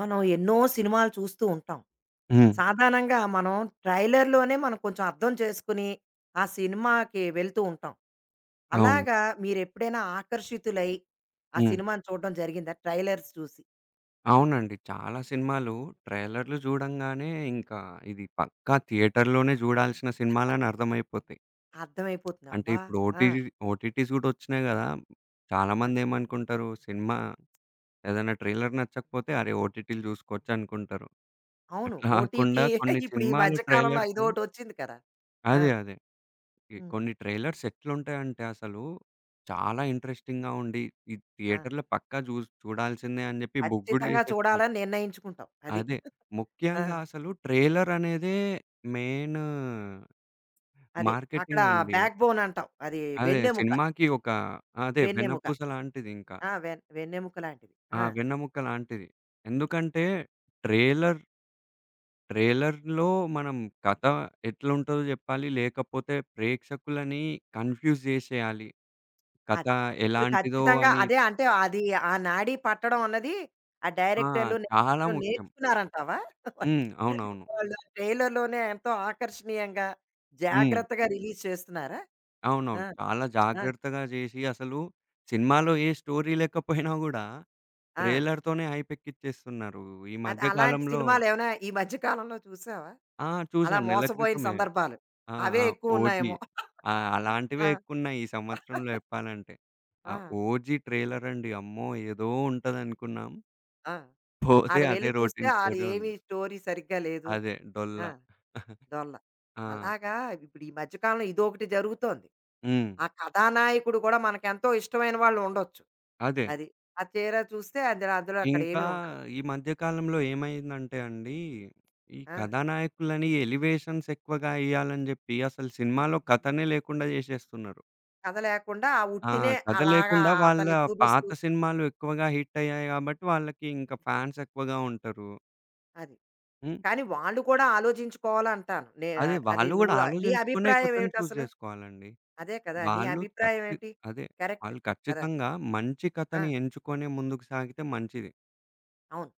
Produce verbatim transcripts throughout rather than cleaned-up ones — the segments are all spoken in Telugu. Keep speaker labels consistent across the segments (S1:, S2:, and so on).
S1: మనం ఎన్నో సినిమాలు చూస్తూ ఉంటాం.
S2: హ్మ్.
S1: సాధారణంగా మనం ట్రైలర్‌లోనే మనం కొంచెం అర్థం చేసుకుని, ఆ సినిమాకి వెళ్తూ ఉంటాం.
S2: అవును.
S1: అలాగా మీరెప్పుడైనా ఆకర్షితులై, ఆ
S2: హ్మ్.
S1: సినిమాని చూడడం జరిగిందా? ట్రైలర్స్ చూసి?
S2: అవునండి. చాలా సినిమాలు ట్రైలర్‌లు చూడంగానే ఇంకా ఇది పక్కా థియేటర్‌లోనే చూడాల్సిన సినిమాలని అర్థమైపోతాయి.
S1: అర్థమైపోతుంది.
S2: అంటే
S1: అబ్బా!
S2: ఇప్పుడు
S1: ఆ!
S2: ఓటీజీ ఓటీటీస్ కూడా వచ్చినాయి కదా!
S1: ఆ!
S2: చాలామంది ఏమనుకుంటారు, సినిమా ఏదైనా ట్రైలర్ నచ్చకపోతే అరే! ఓటీటీలు చూసుకోవచ్చు అనుకుంటారు.
S1: అవును.
S2: అట్లా కాకుండా
S1: ఓటీటీ
S2: కొన్ని
S1: ఇప్పుడు ఈ
S2: సినిమాల
S1: మధ్య కాలంలో
S2: ట్రైలర్స్,
S1: ఇదోటొచ్చింది కదా! ఆ!
S2: అదే, అదే, ఈ
S1: హ్మ్.
S2: కొన్ని ట్రైలర్స్ ఎట్లుంటాయంటే, అసలు చాలా ఇంట్రెస్టింగ్‌గా ఉండి, ఈ
S1: ఆ!
S2: థియేటర్‌లో పక్కా జూస్ చూడాల్సిందే అని చెప్పి బుక్ గూడా
S1: ఖచ్చితంగా
S2: చేసేసుకుంటారు.
S1: చూడాలని నిర్ణయించుకుంటాం. అది.
S2: అదే.
S1: ఆ!
S2: ముఖ్యంగా అసలు ట్రైలర్ అనేదే మెయిన్
S1: అదే. అక్కడ
S2: మార్కెటింగ్ అండి.
S1: బ్యాక్ బోన్ అంటాం. అది
S2: అదే
S1: వెన్నెముక.
S2: సినిమాకి ఒక, అదే
S1: వెన్నెముక.
S2: వెన్నపూస లాంటిదింకా.
S1: ఆ! వెన్ వెన్నెముక లాంటివి.
S2: ఆ!
S1: ఆ!
S2: వెన్నెముక్క లాంటిది. ఎందుకంటే ట్రైలర్ ట్రైలర్‌లో మనం కథ ఎట్లుంటదో జెప్పాలి. లేకపోతే ప్రేక్షకులని కన్‌ఫ్యూజ్ జేసేయాలి. కథ
S1: అది. ఇప్పుడు
S2: ఎలాంటిదో
S1: ఖచ్చితంగా
S2: అని.
S1: అదే అంటే అది ఆ నాడీ పట్టడం అన్నది ఆ
S2: ఆ!
S1: డైరెక్టర్లు,
S2: చాలా
S1: నిర్మాతలు
S2: ముఖ్యం.
S1: నేర్చుకున్నారంటావా?
S2: హ్మ్. అవునవును.
S1: వాళ్ళు ఆ ట్రైలర్‌లోనే ఎంతో ఆకర్షణీయంగా,
S2: హ్మ్.
S1: జాగ్రత్తగా రిలీజ్ చేస్తున్నారా? ఆ!
S2: అవునవును. చాలా
S1: ఆ!
S2: జాగ్రత్తగా జేసి, అసలు సినిమాలో ఏ స్టోరీ లేకపోయినా గూడా
S1: ఆ!
S2: ట్రైలర్‌తోనే హైపెక్కిచ్చేస్తున్నారు ఈ
S1: అది
S2: మధ్య
S1: అలాంటి
S2: కాలంలో.
S1: సినిమాలేమైనా ఈ మధ్య కాలంలో చూసావా?
S2: ఆ!
S1: అలా
S2: చూసాను. నెల
S1: మోసపోయిన
S2: క్రితమే.
S1: సందర్భాలు.
S2: ఆ!
S1: అవే
S2: ఆ! 'ఓజీ'.
S1: ఎక్కువున్నాయేమో.
S2: ఆ! అలాంటివే
S1: ఆ!
S2: ఎక్కువున్నాయి ఈ సంవత్సరంలో జెప్పాలంటే. ఆ
S1: ఆ!
S2: 'ఓజీ' ట్రైలర్ అండి. అమ్మో! ఏదో ఉంటదనుకున్నాం.
S1: ఆ!
S2: పోతే
S1: ఆడ
S2: అదే
S1: వెళ్లి చూస్తే
S2: రొటీన్
S1: ఆడ
S2: స్టోరీ
S1: ఏమి
S2: ఉంది.
S1: స్టోరీ సరిగ్గా లేదు.
S2: అదే
S1: ఆ!
S2: 'డొల్ల'.
S1: దొల్ల.
S2: ఆ!
S1: అలాగా ఇప్పుడు ఈ మధ్య కాలంలో ఇదొకటి జరుగుతోంది.
S2: హ్మ్.
S1: ఆ కథానాయకుడు కూడా మనకెంతో ఇష్టమైన వాళ్ళు ఉండొచ్చు.
S2: అదే.
S1: అది. అది తీరా చూస్తే అందులో అందులో అక్కడ
S2: ఇంకా
S1: ఏమీ ఉండదు.
S2: ఈ మధ్య కాలంలో ఏమైందంటే అండి, ఈ
S1: ఆ!
S2: కథానాయకులని ఎలివేషన్స్ ఎక్కువగా ఇయ్యాలని జెప్పి, అసలు సినిమాలో కథనే లేకుండా జేసేస్తున్నారు.
S1: కథ లేకుండా ఆ
S2: ఆ!
S1: ఉట్టినే
S2: కథ
S1: అలాగా
S2: లేకుండా వాళ్ళ
S1: అతన్ని
S2: పాత
S1: చూపిస్తూ
S2: సినిమాలు ఎక్కువగా హిట్ అయ్యాయి గాబట్టి, వాళ్ళకి ఇంకా ఫాన్స్ ఎక్కువగా ఉంటారు.
S1: అది.
S2: హ్మ్.
S1: కానీ వాళ్ళు కూడా ఆలోచించుకోవాలంటాను. నే
S2: అదే,
S1: అది
S2: వాళ్ళు గూడా
S1: నువ్వు నీ
S2: ఆలోచించుకునే
S1: అభిప్రాయం
S2: కథను చూజ్
S1: ఏమిటసలు?
S2: జేసుకోవాలండి.
S1: అదే కదా! నీ
S2: వాళ్ళు
S1: అభిప్రాయం
S2: ఖచ్చి
S1: ఏంటి?
S2: అదే.
S1: కరెక్ట్
S2: వాళ్ళు
S1: కదా!
S2: ఖచ్చితంగా మంచి
S1: ఆ!
S2: కథని ఎంచుకొనే ముందుకు సాగితే మంచిది.
S1: అవును.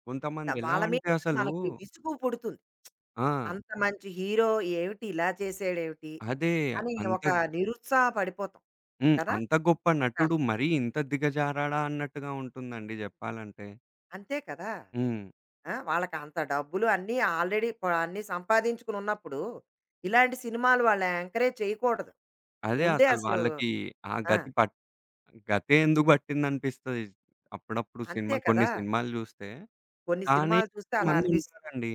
S1: ద-
S2: కొంతమంది ఎలా
S1: వాళ్ళ మీద
S2: అంటే అసలు.
S1: మనకి విసుగు పుడుతుంది.
S2: ఆ!
S1: అంత మంచి హీరో ఏమిటి ఇలా చేసాడేమిటి?
S2: అదే.
S1: అని
S2: అంత.
S1: ఒక నిరుత్సాహపడిపోతాం
S2: హ్మ్.
S1: కదా!
S2: అంత గొప్ప
S1: అంతాను.
S2: నటుడు మరీ ఇంత దిగజారాడా అన్నట్టుగా ఉంటుందండి జెప్పాలంటే.
S1: అంతే కదా! మరి.
S2: హ్మ్.
S1: ఆ! వాళ్ళకి అంత డబ్బులు అన్నీ ఆల్రెడీ ప అన్నీ సంపాదించుకొని ఉన్నప్పుడు, ఇలాంటి సినిమాలు వాళ్ళని ఎంకరేజ్ చేయకూడదు.
S2: అదే
S1: ముందే
S2: అసలు
S1: అసలు
S2: వాళ్ళకి ఆ
S1: ఆ!
S2: గతి పట్ గతే ఎందుకు పట్టిందనిపిస్తది అప్పుడప్పుడు సినిమా
S1: అంతే
S2: కొన్ని
S1: కదా!
S2: సినిమాలు జూస్తే.
S1: కొన్ని
S2: కానీ
S1: సినిమాలు చూస్తే అలా అనిపిస్తుంది.
S2: కొంతమందుంటారండి.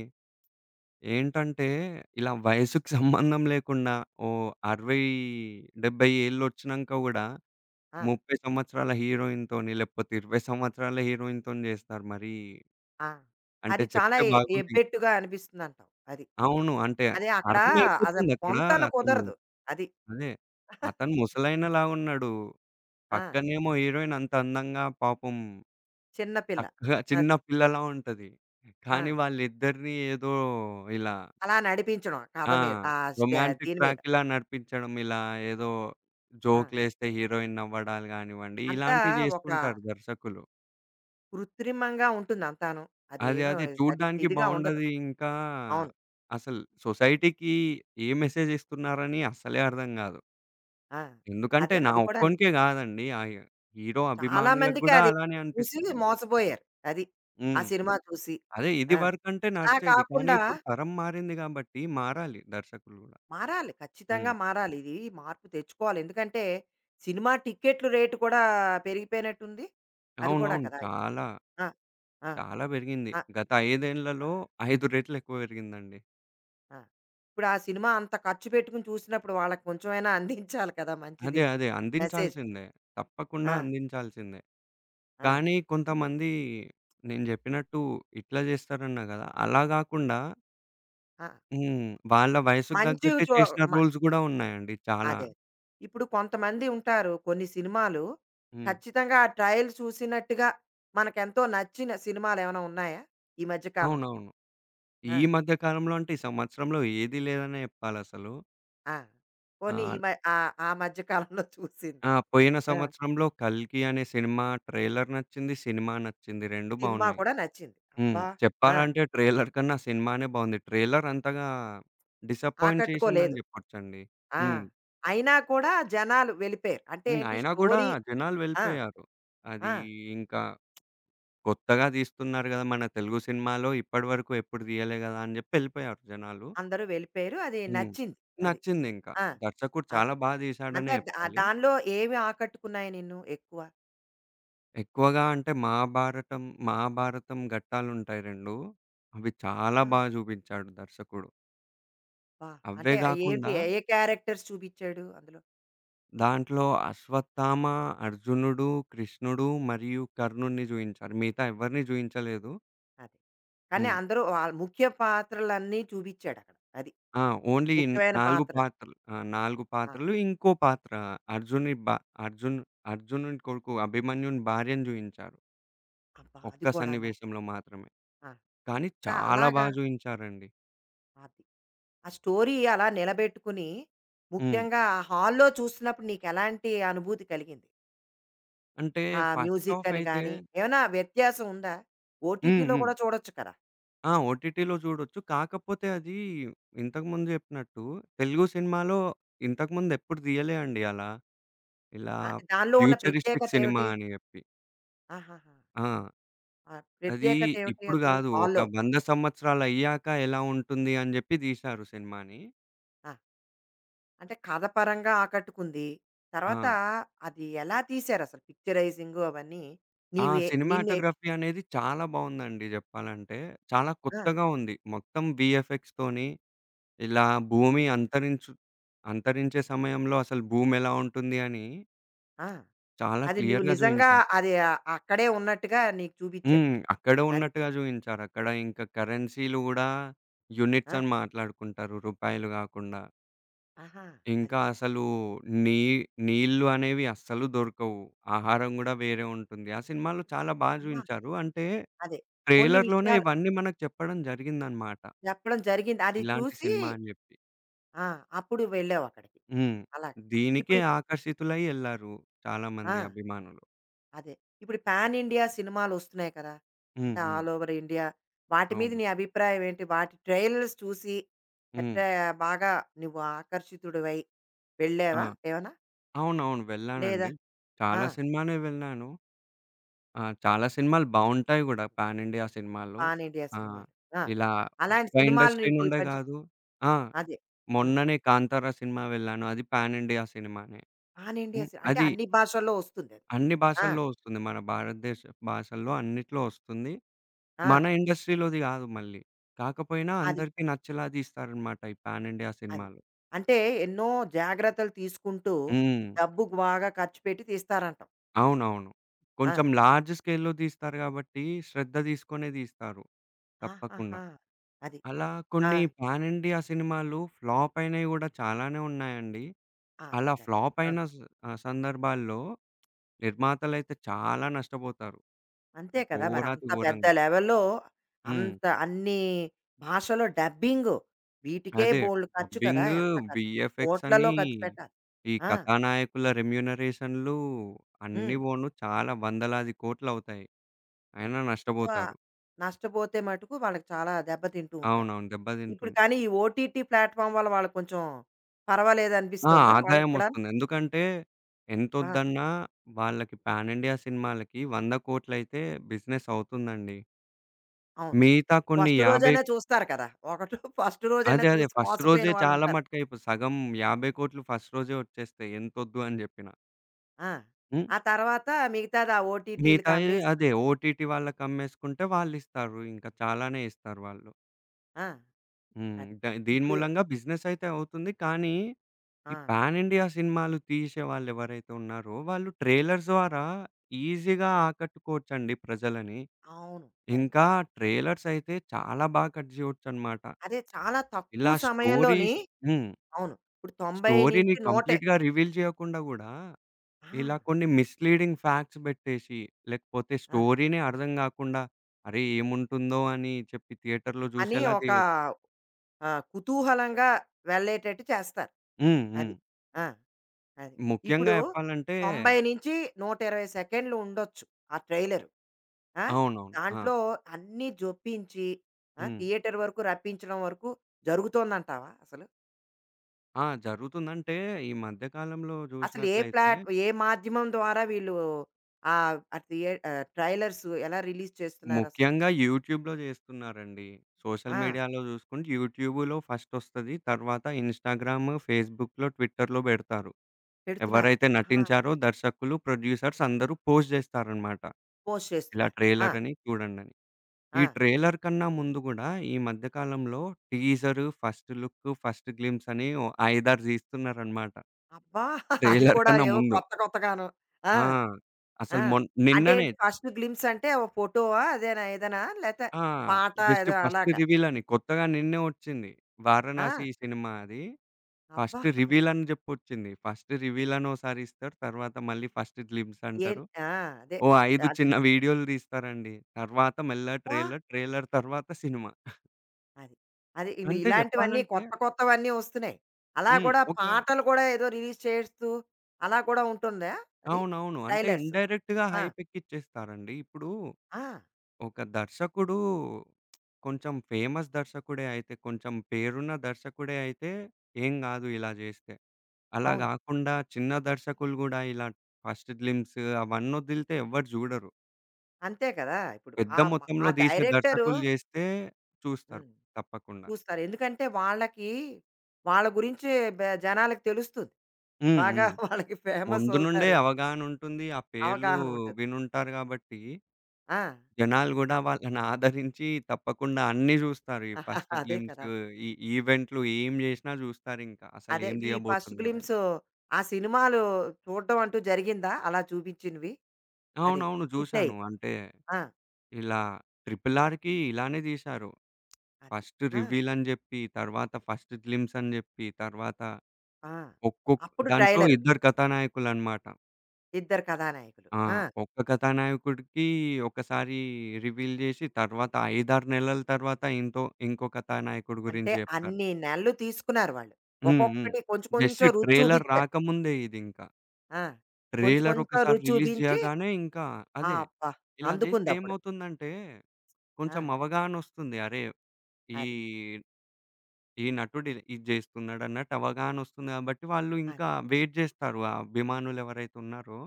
S2: ఏంటంటే, ఇలా వయసుకి సంబంధం లేకుండా ఓ అరవై, డెబ్బై ఏళ్ళొచ్చినంక గూడా
S1: ఆ!
S2: ముప్పై సంవత్సరాల హీరోయిన్‌తోని, లేకపోతే ఇరవై సంవత్సరాల హీరోయిన్‌తోని జేస్తారు. మరి
S1: ఆ!
S2: అంటే
S1: అది చాలా
S2: చెప్తే
S1: ఎ
S2: బాగుండు.
S1: ఎబ్బెట్టుగా అనిపిస్తుందంటావు. అది.
S2: అవును. అంటే
S1: అదే అక్కడ అది
S2: అర్థమైపోతుందక్కడ.
S1: పొంతన
S2: అతను.
S1: కుదరదు. అది.
S2: అదే. అతను ముసలాయనలాగున్నాడు,
S1: ఆ!
S2: పక్కనేమో హీరోయిన్ అంత అందంగా పాపం
S1: చిన్న పిల్ల.
S2: చక్కగా చిన్న
S1: అది.
S2: పిల్లలా ఉంటది.
S1: ఆ!
S2: కానీ వాళ్ళిద్దరిని ఏదో ఇలా,
S1: అలా నడిపించడం కథ
S2: ఆ!
S1: మీద. ఆ స్టా
S2: రొమాంటిక్
S1: దీని మీద.
S2: ట్రాక్‌లా నడిపించడం, ఇలా ఏదో
S1: ఆ!
S2: జోక్‌లేస్తే హీరోయిన్ నవ్వడాలు గానివ్వండి,
S1: అంతా
S2: ఇలాంటివి
S1: ఒక
S2: జేస్తుంటారు దర్శకులు.
S1: కృత్రిమంగా ఉంటుంది అంతాను. అది
S2: అదే.
S1: ఏమో
S2: అదే.
S1: అది
S2: చూడ్డానికి
S1: ఇదిగా ఉండదు.
S2: బావుండది. ఇంకా
S1: అవును.
S2: అసలు సొసైటీకి ఏ మెసేజ్ ఇస్తున్నారని అస్సలే అర్థం గాదు.
S1: ఆ!
S2: ఎందుకంటే,
S1: అదే
S2: నా
S1: అది కూడాను.
S2: ఒక్కోనికే గాదండి. ఆ హి హీరో
S1: చాలా
S2: అభిమానులకు
S1: మందికి
S2: గూడా
S1: అది
S2: అలానే
S1: చూసి
S2: అనిపిస్తుంది.
S1: మోసపోయారు. అది. ఆ
S2: హ్మ్.
S1: సినిమా చూసి.
S2: అదే, ఇది
S1: ఆ!
S2: వరకంటే
S1: అలా
S2: నడిచేది. కానీ
S1: కాకుండా
S2: ఇప్పుడు తరం మారింది గాబట్టి మారాలి దర్శకులు గూడా.
S1: మారాలి.
S2: హ్మ్.
S1: ఖచ్చితంగా మారాలి. ఇది మార్పు తెచ్చుకోవాలి. ఎందుకంటే సినిమా టికెట్లు రేటు కూడా పెరిగిపోయినట్టుంది. అది కూడా
S2: అవునవును.
S1: కదా! ఇప్పుడు.
S2: చాలా,
S1: ఆ! ఆ!
S2: చాలా పెరిగింది.
S1: ఆ!
S2: గత ఐదు
S1: ఆ!
S2: ఏళ్లలో ఐదు రెట్లు ఎక్కువ పెరిగిందండి.
S1: ఆ! ఇప్పుడు ఆ సినిమా అంత ఖర్చు పెట్టుకొని చూసినప్పుడు వాళ్ళకి కొంచెమైనా అందించాలి కదా!
S2: అదే.
S1: మంచిది.
S2: అదే.
S1: మెసేజ్.
S2: అందించాల్సిందే. తప్పకుండా
S1: ఆ!
S2: అందించాల్సిందే.
S1: ఆ!
S2: కానీ
S1: ఇప్
S2: కొంతమంది నేను జెప్పినట్టు ఇట్లా జేస్తారన్నా గదా! అలా గాకుండా,
S1: ఆ!
S2: హ్మ్, వాళ్ళ వయసుకు
S1: మంచివి
S2: తగ్గట్టే
S1: చో
S2: చేసిన
S1: మ
S2: రూల్స్ గూడా ఉన్నాయండి చాలా.
S1: అదే. ఇప్పుడు కొంతమంది ఉంటారు కొన్ని సినిమాలు
S2: హ్మ్.
S1: ఖచ్చితంగా ఆ ట్రైల్ చూసినట్టుగా మనకెంతో నచ్చిన సినిమాలేమైనా ఉన్నాయా? ఈ మధ్య కాలంలో?
S2: అవునవును.
S1: ఆ!
S2: ఈ మధ్య కాలంలో అంటే, ఈ సంవత్సరంలో ఏది లేదనే జెప్పాలసలు.
S1: ఆ! పోనీ ఈ
S2: ఆహ్,
S1: మ ఆ ఆ మధ్య కాలంలో చూసింది.
S2: ఆ! పోయిన
S1: ఆ!
S2: సంవత్సరంలో 'కల్కి' అనే సినిమా ట్రైలర్ నచ్చింది, సినిమా నచ్చింది. రెండు
S1: సినిమా
S2: బావున్నాయి.
S1: కూడా నచ్చింది.
S2: హ్మ్.
S1: అబ్బా! ఆ!
S2: చెప్పాలంటే ట్రైలర్ కన్నా సినిమానే బావుంది. ట్రైలర్ అంతగా డిసప్పాయింట్ చేసిందని
S1: ఆకట్టుకోలేదు.
S2: జెప్పొచ్చండి.
S1: ఆ!
S2: హ్మ్.
S1: అయినా కూడా జనాలు వెళ్ళిపోయారు. అంటే
S2: హ్మ్.
S1: ఏంటి
S2: అయినా గూడా
S1: స్టోరీ
S2: జనాలు
S1: ఆ!
S2: వెళ్ళిపోయారు. అది
S1: ఆ!
S2: ఇంకా కొత్తగా తీస్తున్నారు గదా! మన తెలుగు సినిమాలో ఇప్పటి వరకు ఎప్పుడు తీయలే గదా అని జెప్పి ఎళ్ళిపోయారు జనాలు.
S1: అందరూ వెళ్ళిపోయారు. అది
S2: హ్మ్.
S1: నచ్చింది. అది.
S2: నచ్చిందింక.
S1: ఆ!
S2: దర్శకుడు
S1: అది.
S2: చాలా బా తీశాడనే
S1: అంటే దా
S2: చెప్పాలి.
S1: దానిలో ఏవి ఆకట్టుకున్నాయి నిన్ను ఎక్కువ?
S2: ఎక్కువగా అంటే 'మహాభారతం' 'మహాభారతం' ఘట్టాలుంటాయి రెండు. అవి చాలా
S1: ఆహా!
S2: బా చూపించాడు దర్శకుడు.
S1: అబ్బా!
S2: అవే
S1: అంటే ఏంటి
S2: గాకుండా
S1: ఏ క్యారెక్టర్స్ చూపిచ్చాడు అందులో?
S2: దాంట్లో అశ్వత్థామ, అర్జునుడు, కృష్ణుడు మరియు కర్ణుడిని చూయించారు. మిగతా ఎవరిని చూయించలేదు.
S1: అదే. కానీ
S2: హ్మ్.
S1: అందరూ ఆళ్ళు ముఖ్య పాత్రలన్నీ చూపిచ్చాడక్కడ. అది.
S2: ఆ! ఓన్లీ
S1: ముఖ్యమైన
S2: నాలుగు
S1: పాత్రలు.
S2: పాత్రలు. ఆ! నాలుగు
S1: ఆ!
S2: పాత్రలు. ఇంకో పాత్ర అర్జునుడి బా అర్జున్ అర్జునుడి కొడుకు అభిమన్యుని భార్యని చూయించారు
S1: అబ్బా!
S2: ఒక్క
S1: అది కూడాను.
S2: సన్నివేశంలో మాత్రమే.
S1: ఆ!
S2: కానీ
S1: ఆ,
S2: చాలా బా
S1: అలాగా
S2: జూయించారండి.
S1: అది. ఆ స్టోరీ అలా నిలబెట్టుకుని,
S2: హ్మ్.
S1: ముఖ్యంగా ఆ హాల్‌లో చూస్తున్నప్పుడు నీకెలాంటి అనుభూతి కలిగింది?
S2: అంటే
S1: ఆ
S2: ఫస్ట్
S1: మ్యూజిక్
S2: ఆఫ్
S1: అని
S2: అయితే,
S1: గాని, ఏమైనా వ్యత్యాసం ఉందా?
S2: హ్మ్,
S1: ఓటీటీలో
S2: హ్మ్,
S1: కూడా చూడొచ్చు కదా!
S2: ఆ! ఓటీటీలో జూడొచ్చు. కాకపోతే అది ఇంతకుముందు జెప్పినట్టు, తెలుగు సినిమాలో ఇంతకుముందు ఎప్పుడు తీయలే అండి అలా, ఇలా
S1: అంటే దానిలో ఉన్న
S2: ఫ్యూచరిస్టిక్
S1: ప్రత్యేకత
S2: సినిమా
S1: ఏమిటి?
S2: అని జెప్పి.
S1: ఆహాహా!
S2: ఆ!
S1: ఆ!
S2: అది
S1: ప్రత్యేకత ఏమిటి
S2: ఇప్పుడు
S1: అసలు
S2: గాదు. ఒక
S1: హాల్‌లో?
S2: వంద సంవత్సరాలయ్యాక ఎలా ఉంటుంది అని జెప్పి దీశారు సినిమాని.
S1: ఆ! అంటే కథ పరంగా ఆకట్టుకుంది.
S2: ఆ!
S1: తర్వాత అది ఎలా తీశారసలు? పిక్చరైజింగు అవన్నీ
S2: ఆ
S1: నీవే నిన్నే
S2: సినిమాటోగ్రఫీ అనేది చాలా బావుందండి జెప్పాలంటే. చాలా
S1: ఆ!
S2: కొత్తగా ఉంది. మొత్తం వీఎఫ్ఎక్స్‌తోని ఇలా
S1: అది.
S2: భూమి అంతరించు అంతరించే సమయంలో అసలు భూమెలా ఉంటుంది అని
S1: ఆ!
S2: చాలా
S1: అది నువ్వు
S2: క్లియర్‌గా
S1: నిజంగా
S2: చూయించారు.
S1: అది ఆహ్, అక్కడే ఉన్నట్టుగా నీకు చూపిచ్చాడు.
S2: హ్మ్. అక్కడే
S1: అది.
S2: ఉన్నట్టుగా చూయించారు. అక్కడ ఇంకా కరెన్సీలు గూడా
S1: ఆ!
S2: యూనిట్స్ అని మాట్లాడుకుంటారు, రూపాయలు గాకుండా.
S1: ఆహా! అది.
S2: ఇంకా అసలు నీ నీళ్ళు అనేవి అస్సలు దొరకవు. ఆహారం గూడా వేరే ఉంటుంది. ఆ సినిమాలో చాలా బా
S1: ఆ!
S2: చూయించారు. అంటే
S1: అదే. కొన్ని
S2: ట్రైలర్‌లోనే
S1: విషయాలు
S2: ఇవన్నీ మనకు చెప్పడం జరిగిందనమాట,
S1: చెప్పడం జరిగింది. అది
S2: ఇలాంటి
S1: చూసి
S2: సినిమా అని జెప్పి.
S1: ఆ! అప్పుడు వెళ్ళావక్కడికి.
S2: హ్మ్.
S1: అలాగా.
S2: దీనికే
S1: ఇప్పుడు ఈ-
S2: ఆకర్షితులై ఎళ్లారు
S1: ఆ!
S2: చాలామంది అభిమానులు.
S1: అదే. ఇప్పుడు పాన్ ఇండియా సినిమాలొస్తున్నాయి కదా!
S2: హ్మ్.
S1: అంటే
S2: హ్మ్.
S1: All over India. వాటి మీద
S2: అవును.
S1: నీ అభిప్రాయం ఏంటి? వాటి ట్రైలర్స్ చూసి
S2: హ్మ్.
S1: ఎట్టా బాగా నువ్వు ఆకర్షితుడివై
S2: ఆ!
S1: వెళ్ళావా ఏమన్నా?
S2: అవునవును.
S1: లేదా
S2: వెళ్ళానండి.
S1: ఆ!
S2: చాలా సినిమానే వెళ్ళాను. ఆ! చాలా సినిమాలు బావుంటాయి గూడా పాన్ ఇండియా సినిమాలు.
S1: పాన్ ఇండియా
S2: ఆ!
S1: సినిమాలు. ఆ!
S2: ఇలా
S1: అలాంటి
S2: ఒక్క
S1: సినిమాలు
S2: ఇండస్ట్రీ
S1: నీకు ఈ
S2: నుండే
S1: మధ్య
S2: గాదు. ఆ!
S1: అదే. హ్మ్.
S2: మొన్ననే 'కాంతారా' సినిమా వెళ్ళాను. అది పాన్ ఇండియా సినిమానే.
S1: పాన్ ఇండియా
S2: హ్మ్.
S1: సి అంటే
S2: అది
S1: అన్ని భాషల్లో వస్తుందది.
S2: అన్ని
S1: ఆ!
S2: భాషల్లో వస్తుంది. మన భారతదేశ భాషల్లో అన్నిట్లో వస్తుంది.
S1: ఆ!
S2: మన ఇండస్ట్రీలోది గాదు మళ్ళీ. కాకపోయినా
S1: అది.
S2: అందరికి నచ్చేలా తీస్తారనమాట ఈ పాన్ ఇండియా
S1: అది.
S2: సినిమాలు.
S1: అంటే ఎన్నో జాగ్రత్తలు తీసుకుంటూ
S2: హ్మ్.
S1: డబ్బు బాగా ఖర్చుపెట్టి తీస్తారంటావు.
S2: అవునవును.
S1: ఆ!
S2: కొంచెం లార్జ్ స్కేల్‌లో తీస్తారు గాబట్టి, శ్రద్ధ తీసుకొనే తీస్తారు తప్పకుండా.
S1: ఆహాహా! అది.
S2: అలా
S1: ఆ!
S2: కొన్ని పాన్ ఇండియా సినిమాలు ఫ్లాప్ అయినయి గూడా చాలానే ఉన్నాయండి.
S1: ఆ, అది
S2: అలా
S1: కరెక్ట్.
S2: ఫ్లాప్
S1: ఆ!
S2: అయిన స్ ఆహ్, సందర్భాల్లో నిర్మాతలైతే చాలా నష్టపోతారు
S1: అంతే కదా! మరి
S2: ఘోరాతి
S1: అంత పెద్ద
S2: ఘోరంగా.
S1: లెవెల్‌లో
S2: హ్మ్.
S1: అంత అన్ని భాషలో డబ్బింగు. వీటికే
S2: అదే.
S1: బోలెడు ఖర్చు కదా!
S2: డబ్బింగ్,
S1: ఎంత ఖర్చు
S2: వీఎఫ్ఎక్స్
S1: కోట్లలో
S2: అని,
S1: ఖర్చు పెట్టాలి.
S2: ఈ
S1: ఆ!
S2: కథానాయకుల రెమ్యూనరేషన్‌లు అన్నీ
S1: హ్మ్.
S2: బోను చాలా వందలాది కోట్లవుతాయి.
S1: అది.
S2: అయినా
S1: సో, ఆ
S2: నష్టపోతారు.
S1: నష్టపోతే మటుకు వాళ్ళకి చాలా దెబ్బతింటూ ఉంటారు.
S2: అవునవును.
S1: ఇప్పుడు
S2: దెబ్బతింటున్నాయి.
S1: కానీ ఈ ఓటీటీ ప్లాట్‌ఫార్మ్ వల్ల వాళ్ళకి కొంచెం
S2: ఆ!
S1: పర్వాలేదనిపిస్తోందా? వాళ్ళకి కూడాను?
S2: ఆదాయమొస్తుంది. ఎందుకంటే,
S1: ఆ!
S2: ఎంతొద్దన్నా వాళ్ళకి పాన్ ఇండియా సినిమాలకి 100,00,00,000అయితే బిజినెస్ అవుతుందండి.
S1: అవును.
S2: మిగతా కొన్ని
S1: ఫస్ట్
S2: యాభై.
S1: రోజైనా చూస్తారు కదా! ఒకటో ఫస్ట్ రోజైనా
S2: అదే. అదే.
S1: చూసి
S2: ఫస్ట్
S1: మోసపోయిన
S2: రోజే చాలా
S1: వాళ్ళుంటారు.
S2: మటుకైపు సగం యాభై కోట్లు ఫస్ట్ రోజే వచ్చేస్తాయి, ఎంతొద్దు అని జెప్పినా.
S1: ఆ!
S2: హ్మ్.
S1: ఆ తర్వాత మిగతాది ఆ ఓటీటీలకి
S2: మిగతాయి అదే
S1: అమ్మేసుకొని
S2: ఓటీటీ వాళ్ళకమ్మేసుకుంటే వాళ్ళిస్తారు. ఇంకా చాలానే ఇస్తారు వాళ్ళు.
S1: ఆ!
S2: హ్మ్.
S1: అది.
S2: ద దీని
S1: ఇప్పుడు
S2: మూలంగా బిజినెస్ అయితే అవుతుంది. కానీ ఈ
S1: ఆ!
S2: పాన్ ఇండియా సినిమాలు తీసే వాళ్ళెవరైతే ఉన్నారో, వాళ్ళు ట్రైలర్స్ ద్వారా ఈజీగా ఆకట్టుకోవచ్చండి ప్రజలని.
S1: అవును. కరెక్ట్.
S2: ఇంకా ట్రైలర్స్ అయితే చాలా బాగా కట్ చేయొచ్చనమాట,
S1: అదే చాలా తక్కువ
S2: ఇలా
S1: సమయంలోని
S2: స్టోరీస్. హ్మ్.
S1: అవును. ఇప్పుడు
S2: స్టోరీని
S1: తొంభై నుండి వంద
S2: కంప్లీట్‌గా రివీల్ చేయకుండా గూడా,
S1: ఆ!
S2: ఇలా కొన్ని
S1: అది.
S2: మిస్‌లీడింగ్ ఫ్యాక్ట్స్ బెట్టేసి, లేకపోతే
S1: ఆ!
S2: స్టోరీనే అర్థం గాకుండా, అరే! ఏముంటుందో అని చెప్పి థియేటర్‌లో
S1: అని
S2: జూసేలా
S1: ఒక
S2: జేయొచ్చు.
S1: ఆహ్, కుతూహలంగా వెళ్ళేటట్టు చేస్తారు.
S2: హ్మ్. హ్మ్.
S1: అది. ఆ! అది.
S2: ముఖ్యంగా
S1: ఇప్పుడు
S2: చెప్పాలంటే
S1: తొంభై నుండి నూట ఇరవై సెకండ్లు ఉండొచ్చు ఆ ట్రైలరు. ఆ!
S2: అవునవును. ఆ!
S1: దాంట్లో అన్నీ జొప్పించి ఆ!
S2: హ్మ్.
S1: థియేటర్ వరకు రప్పించడం వరకు జరుగుతోందంటావా అసలు?
S2: ఆ! జరుగుతుందంటే, ఈ మధ్య కాలంలో
S1: అసలు ఏ
S2: జూషినట్లయితే,
S1: ప్లాట్ ఏ మాధ్యమం ద్వారా వీళ్ళు ఆ ఆ థియే- ఆ, ట్రైలర్స్ ఎలా రిలీజ్ చేస్తున్నారు అసలు?
S2: ముఖ్యంగా యూట్యూబ్‌లో జేస్తున్నారండి. సోషల్
S1: ఆ
S2: మీడియాలో జూసుకుంటే, యూట్యూబులో ఫస్టొస్తది. తర్వాత ఇన్‌స్టాగ్రామ్, ఫేస్‌బుక్‌లో, ట్విట్టర్‌లో బెడతారు.
S1: పెడుతున్నారు.
S2: ఎవరైతే
S1: ఆ!
S2: నటించారో దర్శకులు, ప్రొడ్యూసర్స్ అందరూ పోస్ట్ జేస్తారనమాట,
S1: పోస్ట్
S2: ఇలా
S1: చేస్తున్నారు. ఆ!
S2: ట్రైలరని, చూడండని.
S1: ఆ!
S2: ఈ ట్రైలర్ కన్నా ముందు గూడా ఈ మధ్య కాలంలో teaser, first look, first glimpse అని ఓ ఐదు, ఆరు దీస్తున్నారనమాట
S1: అబ్బా! అది
S2: ట్రైలర్
S1: కూడా
S2: కన్నా
S1: ఏవో
S2: ముందు.
S1: కొత్త కొత్తగాను. ఆ!
S2: ఆ!
S1: ఆ!
S2: అసలు మొన్
S1: అంటే
S2: నిన్ననే,
S1: ఏంటి ఫస్ట్ గ్లింప్స్ అంటే ఓ ఫోటోవా? అదేనా ఏదైనా? లేతే
S2: ఆ!
S1: పాట
S2: జస్ట్
S1: ఏదో
S2: ఫస్ట్
S1: అలాగా?
S2: రివీలని కొత్తగా నిన్నే ఒచ్చింది.
S1: ఆ!
S2: 'వారణాసి' సినిమా అది.
S1: అబ్బా!
S2: ఫస్ట్ రివీల్ అని జెప్పొచ్చింది. ఫస్ట్ రివీల్ అని ఓసారి ఇస్తారు. తర్వాత మళ్ళీ ఫస్ట్ గ్లింప్స్
S1: ఏన్
S2: అంటారు.
S1: ఆ! అదే.
S2: ఓ ఐదు చిన్న వీడియోలు తీస్తారండి. తర్వాత మెల్లగా
S1: అబ్బా!
S2: ట్రైలర్, ట్రైలర్ తర్వాత సినిమా.
S1: అది. అది ఇవి
S2: అంటే
S1: ఇలాంటివన్నీ
S2: జెప్పాలంటే,
S1: కొత్త కొత్తవన్నీ వస్తున్నాయి. అలా
S2: హ్మ్,
S1: కూడా
S2: ఒక,
S1: పాటలు కూడా ఏదో రిలీజ్ చేస్తూ అలా కూడా ఉంటుందా అది?
S2: అవునవును, అంటే
S1: ట్రైలర్స్.
S2: ఇండైరెక్ట్‌గా
S1: ఆ!
S2: హైప్ ఎక్కిచ్చేస్తారండి. ఇప్పుడు
S1: ఆ!
S2: ఒక దర్శకుడు కొంచెం ఫేమస్ దర్శకుడే అయితే, కొంచెం పేరున్న దర్శకుడే అయితే ఏం గాదు ఇలా జేస్తే. అలా
S1: అవును.
S2: గాకుండా చిన్న దర్శకులు గూడా ఇలా ఫస్ట్ గ్లింప్స్ అవన్నొదిలితే ఎవ్వరు జూడరు.
S1: అంతే కదా! ఇప్పుడు
S2: పెద్ద
S1: ఆ మ ఆ
S2: మొత్తంలో దీసిన
S1: డైరెక్టరు
S2: దర్శకులు జేస్తే చూస్తారు
S1: హ్మ్.
S2: తప్పకుండా.
S1: చూస్తారు. ఎందుకంటే వాళ్ళకి వాళ్ళ గురించి బ జనాలకి తెలుస్తుంది.
S2: హ్మ్.
S1: బాగా
S2: హ్మ్.
S1: వాళ్ళకి ఫేమస్
S2: ముందు నుండే
S1: అవుతారు.
S2: అవగాహనుంటుంది. ఆ పేర్లు
S1: అవగాహన ఉంటుంది.
S2: వినుంటారు గాబట్టి,
S1: ఆ!
S2: జనాలు గూడా వాళ్ళని ఆదరించి తప్పకుండా అన్నీ జూస్తారు, ఈ ఫస్ట్
S1: అదే
S2: గ్లింప్స్,
S1: కదా!
S2: ఈ ఈవెంట్లు ఏం జేసినా జూస్తారింకా,
S1: అదే
S2: అసలేం
S1: ఈ ఫస్ట్
S2: తీయబోతున్నాడని.
S1: గ్లింప్స్ ఆ సినిమాలు చూడడం అంటూ జరిగిందా? అలా చూపించినవి? అది.
S2: అవునవును.
S1: హిట్ అయ్యి
S2: జూశాను. అంటే
S1: ఆ!
S2: ఇలా 'ట్రిపుల్ ఆర్‌కి' ఇలానే తీశారు.
S1: అది.
S2: ఫస్ట్
S1: ఆ!
S2: రివీలని జెప్పి, తర్వాత ఫస్ట్ గ్లిమ్స్ అని జెప్పి, తర్వాత
S1: ఆ!
S2: ఒక్కొక్క,
S1: అప్పుడు
S2: దాంట్లో
S1: ట్రైలరు.
S2: ఇద్దరు కథానాయకులనమాట.
S1: ఇద్దరు కథానాయకులు.
S2: ఆ!
S1: ఆ!
S2: ఒక్క కథానాయకుడికి ఒకసారి రివీల్ జేసి, తర్వాత ఐదు, ఆరు నెలల తర్వాత ఇంతో ఇంకో కథానాయకుడి
S1: అంటే
S2: గురించి జెప్పారు.
S1: అన్ని నెలలు తీసుకున్నారు వాళ్ళు.
S2: హ్మ్. హ్మ్.
S1: ఒక్కొక్కటి కొంచెం
S2: జస్ట్
S1: కొంచెం రుచి
S2: ట్రైలర్
S1: చూపించారు.
S2: రాకముందే ఇదింక.
S1: ఆ! కొంచెం
S2: ట్రైలర్
S1: కొంచెం
S2: ఒకసారి
S1: రుచి
S2: రిలీజ్
S1: చూపించి
S2: జేయగానే ఇంకా,
S1: ఆ!
S2: అదే,
S1: అబ్బా!
S2: ఇలా జేస్తే
S1: అందుకుందప్పుడు.
S2: ఏమవుతుందంటే,
S1: ఆ!
S2: కొంచెం అవగాహనొస్తుంది. అరే! ఈ
S1: అది.
S2: ఈ నటుడు ఇది ఇది జేస్తున్నాడన్నట్టు అవగాహనొస్తుంది గాబట్టి, వాళ్ళు
S1: అది.
S2: ఇంకా వెయిట్ జేస్తారు. ఆ అభిమానులు ఎవరైతే ఉన్నారో,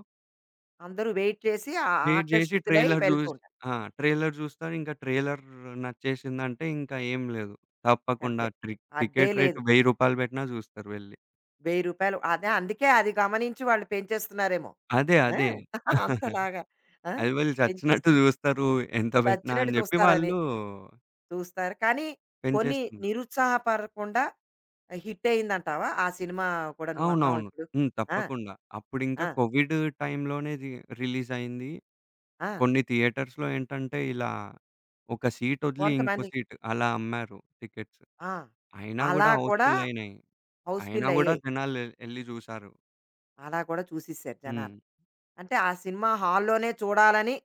S1: అందరూ వెయిట్ చేసి ఆ
S2: వెయిట్ జేసి
S1: ఆకర్షితులై
S2: ట్రైలర్
S1: వెళ్తూ
S2: జూసి,
S1: ఉంటారు.
S2: ఆ! ట్రైలర్ జూస్తారు. ఇంకా ట్రైలర్ నచ్చేసిందంటే ఇంకా ఏం లేదు. తప్పకుండా
S1: ఇంకంతే.
S2: ట్రి
S1: అడ్డే
S2: టికెట్ రేట్
S1: లేదు.
S2: రూ. వెయ్యి బెట్టినా జూస్తారు వెళ్లి.
S1: రూ. వెయ్యి అదే అందుకే అది గమనించి వాళ్ళు పెంచేస్తున్నారేమో.
S2: అదే.
S1: ఆ!
S2: అదే.
S1: అంతలాగా. ఆ!
S2: అది వీళ్ళు చచ్చినట్టు
S1: పెంచేసిన
S2: జూస్తారు ఎంత బెట్టినా
S1: చచ్చినట్టు
S2: అని జెప్పి
S1: చూస్తారని.
S2: వాళ్ళు
S1: చూస్తారు. కానీ కొన్ని
S2: పెంచేస్తున్నారు.
S1: నిరుత్సాహపడకుండా హిట్ అయిందంటావా? ఆ సినిమా కూడా నువ్వన్నావు
S2: అవునవును.
S1: ఇప్పుడు.
S2: హ్మ్.
S1: ఆ!
S2: తప్పకుండా. అప్పుడింకా
S1: ఆ!
S2: కోవిడ్ టైంలోనే రి రిలీజయింది.
S1: ఆ!
S2: కొన్ని థియేటర్స్‌లో ఏంటంటే, ఇలా ఒక సీటొదిలి ఇంకో
S1: కొంతమంది
S2: సీట్ అలా అమ్మారు టికెట్స్.
S1: ఆ!
S2: అయినా
S1: అలా
S2: గూడా
S1: కూడా
S2: హౌస్‌ఫుల్ అయినాయి. అయినా
S1: హౌస్‌ఫుల్
S2: గూడా
S1: అయ్యాయి.
S2: జనాలు ఎల్ ఎళ్లి చూసారు.
S1: అలా కూడా చూసేసారు
S2: హ్మ్.
S1: జనాలు. అంటే ఆ సినిమా హాల్లోనే చూడాలని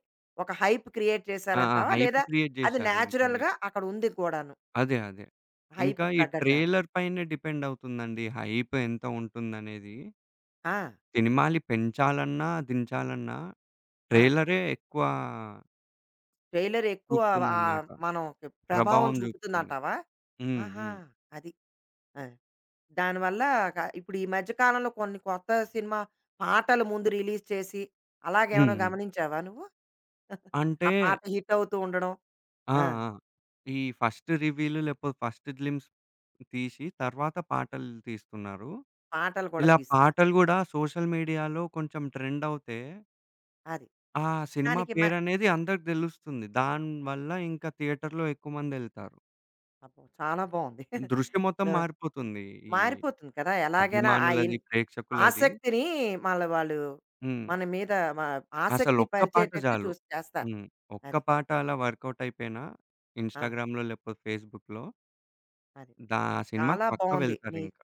S1: ఒక హైప్ క్రియేట్
S2: ఆ! ఆ!
S1: చేశారంటావా?
S2: హైప్
S1: లేదా
S2: క్రియేట్
S1: అది
S2: చేశారు. ఇంకా ఈ,
S1: న్యాచురల్‌గా అక్కడ ఉంది కూడాను.
S2: అదే, అదే, ఇంకా
S1: హైప్‌కి
S2: ఈ
S1: తగ్గట్టుగాను.
S2: ట్రైలర్ పైనే డిపెండ్ అవుతుందండి హైప్ ఎంత ఉంటుందనేది.
S1: ఆ!
S2: సినిమాని పెంచాలన్నా, దించాలన్నా
S1: ఆ!
S2: ట్రైలరే ఎక్కువ
S1: ట్రైలర్ ఎక్కువ ఆహ్,
S2: చూపుతుందన్నమాట.
S1: మనం ప్రభావం
S2: ప్రభావం చూపుతుంది.
S1: చూపుతుందంటావా?
S2: హ్మ్.
S1: ఆహా!
S2: హ్మ్.
S1: అది. అది. దానివల్ల క ఇప్పుడు ఈ మధ్య కాలంలో కొన్ని కొత్త సినిమా పాటలు ముందు రిలీజ్ చేసి,
S2: హ్మ్.
S1: అలాగేమైనా
S2: హ్మ్.
S1: గమనించావా నువ్వు?
S2: అంటే
S1: ఆ పాట హిట్ అవుతూ ఉండడం.
S2: ఆ!
S1: ఆ!
S2: ఆ! ఈ ఫస్ట్ రివీల్ లేకపోతే ఫస్ట్ గ్లింప్స్ తీసి తర్వాత పాటలు తీస్తున్నారు.
S1: పాటలు కూడా
S2: ఇలా
S1: తీస్తారు.
S2: పాటలు గూడా సోషల్ మీడియాలో కొంచెం ట్రెండ్ అవుతే,
S1: అది.
S2: ఆ సినిమా
S1: దానికి మ
S2: పేరనేది అందరికి తెలుస్తుంది. దానివల్ల ఇంకా థియేటర్‌లో ఎక్కువ మందెళ్తారు.
S1: అబ్బో! చాలా బావుంది.
S2: దృష్టి మొత్తం
S1: ఆ!
S2: మారిపోతుంది ఈ
S1: మారిపోతుంది కదా! ఎలాగైనా ఆ
S2: అభిమానులది,
S1: ఇన్
S2: ప్రేక్షకులది.
S1: ఆసక్తిని మళ్ళ వాళ్ళు
S2: హ్మ్.
S1: మన మీద మ ఆసక్తి
S2: అసలొక్క పాట
S1: పరిచేటట్టు
S2: చాలు.
S1: చూసి చేస్తారు.
S2: హ్మ్. ఒక్క
S1: అది.
S2: పాట అలా వర్కౌట్ అయిపోయినా
S1: ఆ!
S2: ఇన్‌స్టాగ్రామ్‌లో లేకపోతే ఫేస్‌బుక్‌లో,
S1: అది.
S2: దా సినిమాకి
S1: చాలా
S2: పక్కా
S1: బావుంది. నీ
S2: వెళ్తారింక.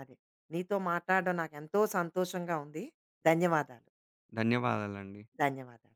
S1: అది. నీతో మాట్లాడడం నాకెంతో సంతోషంగా ఉంది. ధన్యవాదాలు.
S2: ధన్యవాదాలండి.
S1: ధన్యవాదాలు.